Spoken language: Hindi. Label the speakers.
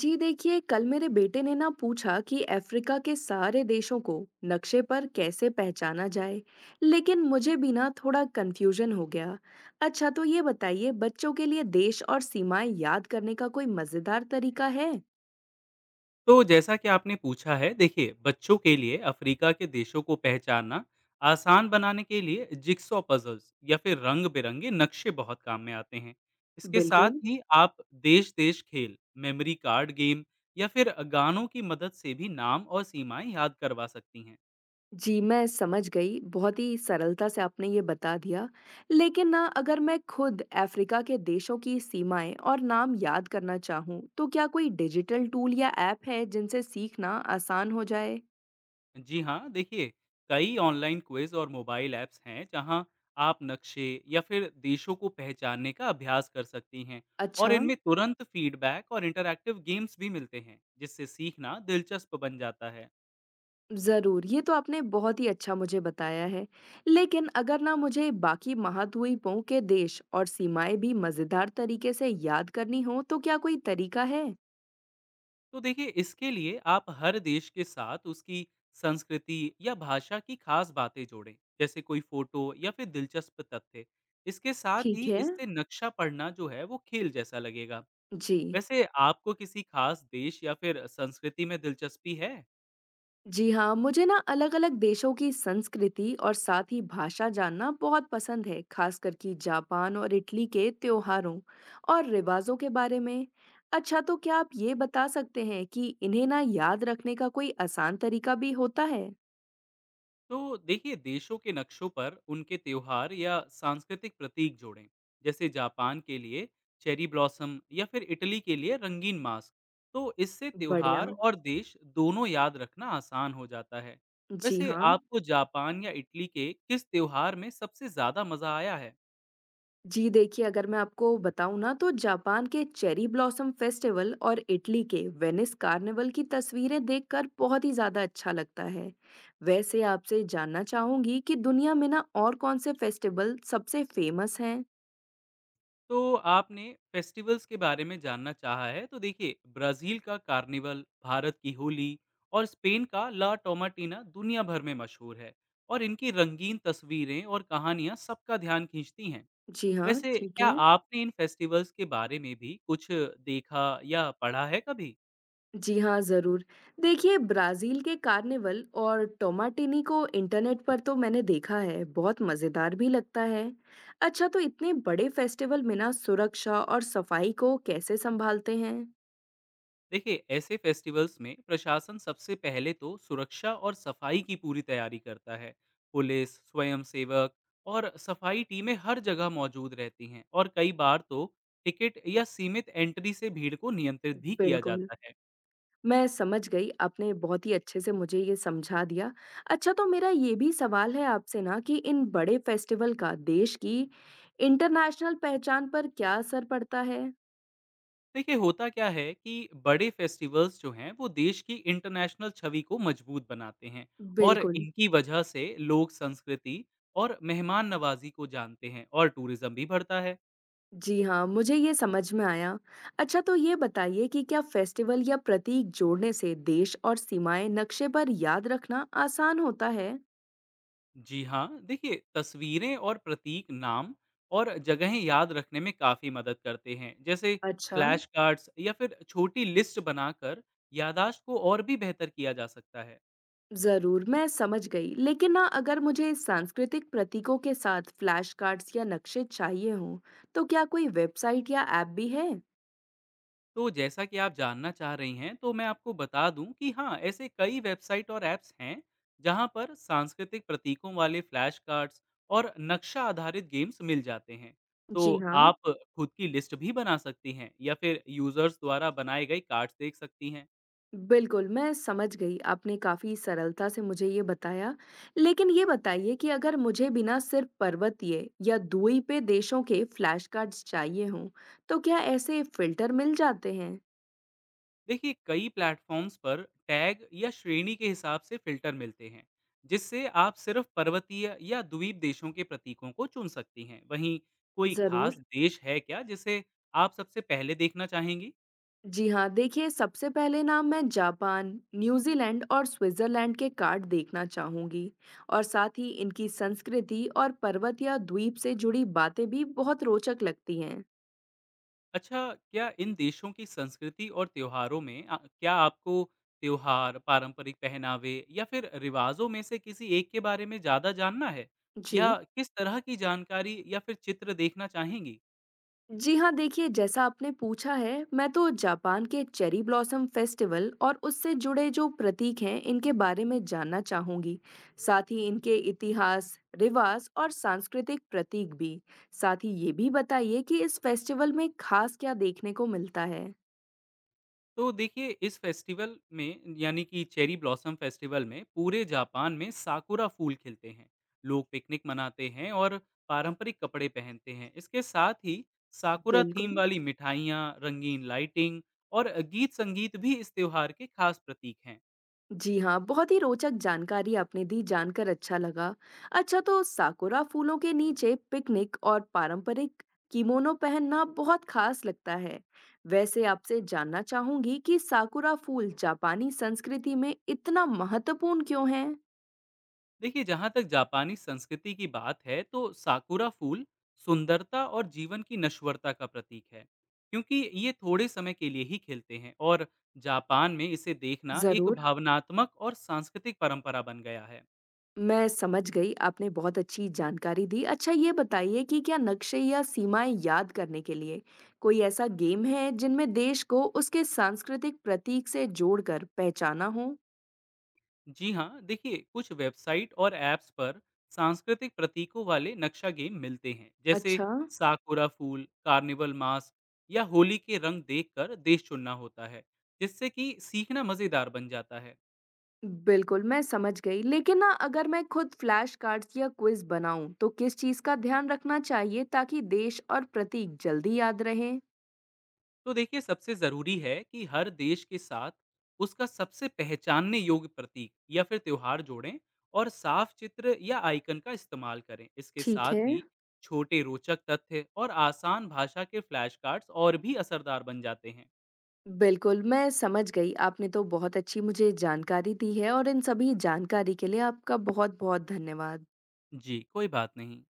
Speaker 1: जी देखिए, कल मेरे बेटे ने ना पूछा कि अफ्रीका के सारे देशों को नक्शे पर कैसे पहचाना जाए। लेकिन मुझे भी ना थोड़ा कंफ्यूजन हो गया। अच्छा, तो ये बताइए, बच्चों के लिए देश और सीमाएं याद करने का कोई मजेदार तरीका है?
Speaker 2: तो जैसा कि आपने पूछा है, देखिए बच्चों के लिए अफ्रीका के देशों को पहचानना आसान बनाने के लिए जिक्सॉ पजल्स या फिर रंग बिरंगे नक्शे बहुत काम में आते हैं। इसके साथ
Speaker 1: बिल्कुल।
Speaker 2: ही आप देश देश खेल, मेमोरी कार्ड गेम या फिर गानों की मदद से भी नाम और सीमाएं याद करवा सकती हैं।
Speaker 1: जी, मैं समझ गई, बहुत ही सरलता से आपने ये बता दिया। लेकिन ना अगर मैं खुद अफ्रीका के देशों की सीमाएं और नाम याद करना चाहूँ, तो क्या कोई डिजिटल टूल या ऐप है जिनसे सीखना आसान हो जाए?
Speaker 2: जी हाँ, देखिए कई ऑनलाइन क्विज़ और मोबाइल ऐप्स हैं जहाँ आप नक्शे या फिर देशों को पहचानने का अभ्यास कर सकती हैं और
Speaker 1: अच्छा,
Speaker 2: इनमें तुरंत फीडबैक और इंटरैक्टिव गेम्स भी मिलते हैं जिससे सीखना दिलचस्प बन जाता है।
Speaker 1: ज़रूर। ये तो आपने बहुत ही अच्छा मुझे बताया है। लेकिन अगर ना मुझे बाकी महाद्वीपों के देश और सीमाएँ भी मज़ेदार तरीके से याद करनी हो, तो क्या कोई तरीका है?
Speaker 2: तो देखिए इसके लिए आप हर देश के साथ उसकी संस्कृति या भाषा की खास बातें जोड़ें, जैसे कोई फोटो या फिर दिलचस्प तथ्य। इसके साथ ही
Speaker 1: ठीक है।
Speaker 2: इससे नक्शा पढ़ना जो है वो खेल जैसा लगेगा।
Speaker 1: जी।
Speaker 2: वैसे आपको किसी खास देश या फिर संस्कृति में दिलचस्पी है?
Speaker 1: जी हाँ, मुझे ना अलग-अलग देशों की संस्कृति और साथ ही भाषा जानना बहुत पसंद है, खासकर कि जापान और इटली के त्योहारों और रिवाज़ों के बारे में। अच्छा, तो क्या आप ये बता सकते हैं कि इन्हें ना याद रखने का कोई आसान तरीका भी होता है?
Speaker 2: तो देखिए देशों के नक्शों पर उनके त्योहार या सांस्कृतिक प्रतीक जोड़ें। जैसे जापान के लिए चेरी ब्लॉसम या फिर इटली के लिए रंगीन मास्क। तो इससे त्योहार
Speaker 1: बढ़िया।
Speaker 2: और देश दोनों याद रखना आसान हो जाता है।
Speaker 1: जी
Speaker 2: वैसे
Speaker 1: हाँ।
Speaker 2: आपको जापान या इटली के किस त्योहार में सबसे ज्यादा मजा आया है?
Speaker 1: जी देखिए, अगर मैं आपको बताऊँ ना तो जापान के चेरी ब्लॉसम फेस्टिवल और इटली के वेनिस कार्निवल की तस्वीरें देखकर बहुत ही ज़्यादा अच्छा लगता है। वैसे आपसे जानना चाहूँगी कि दुनिया में ना और कौन से फेस्टिवल सबसे फेमस हैं?
Speaker 2: तो आपने फेस्टिवल्स के बारे में जानना चाहा है, तो देखिए ब्राजील का कार्निवल, भारत की होली और स्पेन का ला टोमाटीना दुनिया भर में मशहूर है। और इनकी रंगीन तस्वीरें और कहानियां सबका ध्यान खींचती हैं।
Speaker 1: जी हाँ,
Speaker 2: वैसे
Speaker 1: ठीक
Speaker 2: क्या
Speaker 1: है।
Speaker 2: आपने इन फेस्टिवल्स के बारे में भी कुछ देखा या पढ़ा है कभी?
Speaker 1: जी हाँ, ज़रूर। देखिए, ब्राज़ील के कार्निवल और टोमाटिनी को इंटरनेट पर तो मैंने देखा है, बहुत मज़ेदार भी लगता है। अच्छा, तो इतने बड़े फेस्टिवल में ना सुरक्षा और सफाई को कैसे संभालते हैं?
Speaker 2: देखिए ऐसे फेस्टिवल्स में प्रशासन सबसे पहले तो सुरक्षा और सफाई की पूरी तैयारी करता है। पुलिस, स्वयंसेवक और सफाई टीमें हर जगह मौजूद रहती हैं और कई बार तो टिकट या सीमित एंट्री से भीड़ को नियंत्रित भी किया
Speaker 1: बिल्कुल।
Speaker 2: जाता है।
Speaker 1: मैं समझ गई, आपने बहुत ही अच्छे से मुझे ये समझा दिया। अच्छा, तो मेरा ये भी सवाल है आपसे ना कि इन बड़े फेस्टिवल का देश की इंटरनेशनल पहचान पर क्या असर पड़ता है?
Speaker 2: देखिए होता क्या है कि बड़े फेस्टिवल्स जो हैं वो देश की इंटरनेशनल छवि को मजबूत बनाते हैं। और
Speaker 1: बिल्कुल।
Speaker 2: इनकी वजह से लोग संस्कृति और मेहमान नवाजी को जानते हैं और टूरिज्म भी बढ़ता है।
Speaker 1: जी हाँ, मुझे ये समझ में आया। अच्छा, तो ये बताइए कि क्या फेस्टिवल या प्रतीक जोड़ने से देश और सीमाएँ नक्शे पर याद रखना आसान होता है?
Speaker 2: जी हाँ, देखिए तस्वीरें और प्रतीक नाम और जगहें याद रखने में काफ़ी मदद करते हैं। जैसे
Speaker 1: अच्छा,
Speaker 2: फ्लैश कार्ड्स या फिर छोटी लिस्ट बनाकर याददाश्त को और भी बेहतर किया जा सकता है।
Speaker 1: ज़रूर, मैं समझ गई। लेकिन ना अगर मुझे सांस्कृतिक प्रतीकों के साथ फ्लैश कार्ड्स या नक्शे चाहिए हों, तो क्या कोई वेबसाइट या ऐप भी है?
Speaker 2: तो जैसा कि आप जानना चाह रही हैं, तो मैं आपको बता दूं कि हाँ, ऐसे कई वेबसाइट और ऐप्स हैं, जहां पर सांस्कृतिक प्रतीकों वाले फ्लैश कार्ड्स और नक्शा आधारित गेम्स मिल जाते हैं। तो
Speaker 1: जी हाँ।
Speaker 2: आप खुद की लिस्ट भी बना सकती हैं या फिर यूजर्स द्वारा बनाए गए कार्ड्स देख सकती हैं।
Speaker 1: बिल्कुल, मैं समझ गई। आपने काफ़ी सरलता से मुझे ये बताया। लेकिन ये बताइए कि अगर मुझे बिना सिर्फ पर्वतीय या दूरी पे देशों के फ्लैश कार्ड्स चाहिए हों, तो क्या ऐसे फ़िल्टर मिल जाते हैं?
Speaker 2: देखिए कई प्लेटफॉर्म्स पर टैग या श्रेणी के हिसाब से फिल्टर मिलते हैं, जिससे आप सिर्फ पर्वतीय या द्वीप देशों के प्रतीकों को चुन सकती हैं। वहीं कोई खास
Speaker 1: ज़रूर।
Speaker 2: देश है क्या जिसे आप सबसे पहले देखना चाहेंगी?
Speaker 1: जी हाँ, देखिए, सबसे पहले ना मैं जापान, न्यूज़ीलैंड और स्विट्ज़रलैंड के कार्ड देखना चाहूँगी। और साथ ही इनकी संस्कृति और पर्वत या द्वीप से जुड़ी बातें भी बहुत रोचक लगती हैं।
Speaker 2: अच्छा, क्या इन देशों की संस्कृति और त्योहारों में क्या आपको त्योहार, पारंपरिक पहनावे या फिर रिवाजों में से किसी एक के बारे में ज़्यादा जानना है,
Speaker 1: जी।
Speaker 2: या किस तरह की जानकारी या फिर चित्र देखना चाहेंगी?
Speaker 1: जी हाँ, देखिए, जैसा आपने पूछा है, मैं तो जापान के चेरी ब्लॉसम फेस्टिवल और उससे जुड़े जो प्रतीक हैं इनके बारे में जानना चाहूंगी। साथ ही इनके इतिहास, रिवाज और सांस्कृतिक प्रतीक भी। साथ ही ये भी बताइए कि इस फेस्टिवल में खास क्या देखने को मिलता है?
Speaker 2: तो देखिए इस फेस्टिवल में यानी कि चेरी ब्लॉसम फेस्टिवल में पूरे जापान में साकुरा फूल खिलते हैं। लोग पिकनिक मनाते हैं और पारंपरिक कपड़े पहनते हैं। इसके साथ ही साकुरा थीम
Speaker 1: बिल्कुल।
Speaker 2: वाली मिठाइयाँ, रंगीन लाइटिंग और गीत संगीत भी इस त्योहार के खास प्रतीक हैं।
Speaker 1: जी हाँ, बहुत ही रोचक जानकारी आपने दी, जानकर अच्छा लगा। अच्छा, तो साकुरा फूलों के नीचे पिकनिक और पारंपरिक किमोनो पहनना बहुत खास लगता है। वैसे आपसे जानना चाहूंगी कि साकुरा फूल जापानी संस्कृति में इतना महत्वपूर्ण क्यों है?
Speaker 2: देखिए जहाँ तक जापानी संस्कृति की बात है, तो साकुरा फूल सुंदरता और जीवन की नश्वरता का प्रतीक है, क्योंकि ये थोड़े समय के लिए ही खिलते हैं। और जापान में इसे देखना एक
Speaker 1: जरूर,
Speaker 2: भावनात्मक और सांस्कृतिक परंपरा बन गया है।
Speaker 1: मैं समझ गई। आपने बहुत अच्छी जानकारी दी। अच्छा, ये बताइए कि क्या नक्शे या सीमाएं याद करने के लिए कोई ऐसा गेम है जिनमें देश को उसके सांस्कृतिक प्रतीक से जोड़कर पहचाना हो?
Speaker 2: जी हाँ, देखिए कुछ वेबसाइट और ऐप्स पर सांस्कृतिक प्रतीकों वाले नक्शा गेम मिलते हैं। जैसे
Speaker 1: अच्छा,
Speaker 2: साकुरा फूल, कार्निवल मास्क या होली के रंग देखकर देश चुनना होता है, जिससे कि सीखना मज़ेदार बन जाता है।
Speaker 1: बिल्कुल, मैं समझ गई। लेकिन ना अगर मैं खुद फ्लैश कार्ड्स या क्विज़ बनाऊँ, तो किस चीज़ का ध्यान रखना चाहिए ताकि देश और प्रतीक जल्दी याद रहें?
Speaker 2: तो देखिए सबसे ज़रूरी है कि हर देश के साथ उसका सबसे पहचानने योग्य प्रतीक या फिर त्यौहार जोड़ें और साफ चित्र या आइकन का इस्तेमाल करें। इसके
Speaker 1: ठीक
Speaker 2: साथ
Speaker 1: है।
Speaker 2: ही छोटे रोचक तथ्य और आसान भाषा के फ्लैश कार्ड्स और भी असरदार बन जाते हैं।
Speaker 1: बिल्कुल, मैं समझ गई। आपने तो बहुत अच्छी मुझे जानकारी दी है और इन सभी जानकारी के लिए आपका बहुत-बहुत धन्यवाद।
Speaker 2: जी, कोई बात नहीं।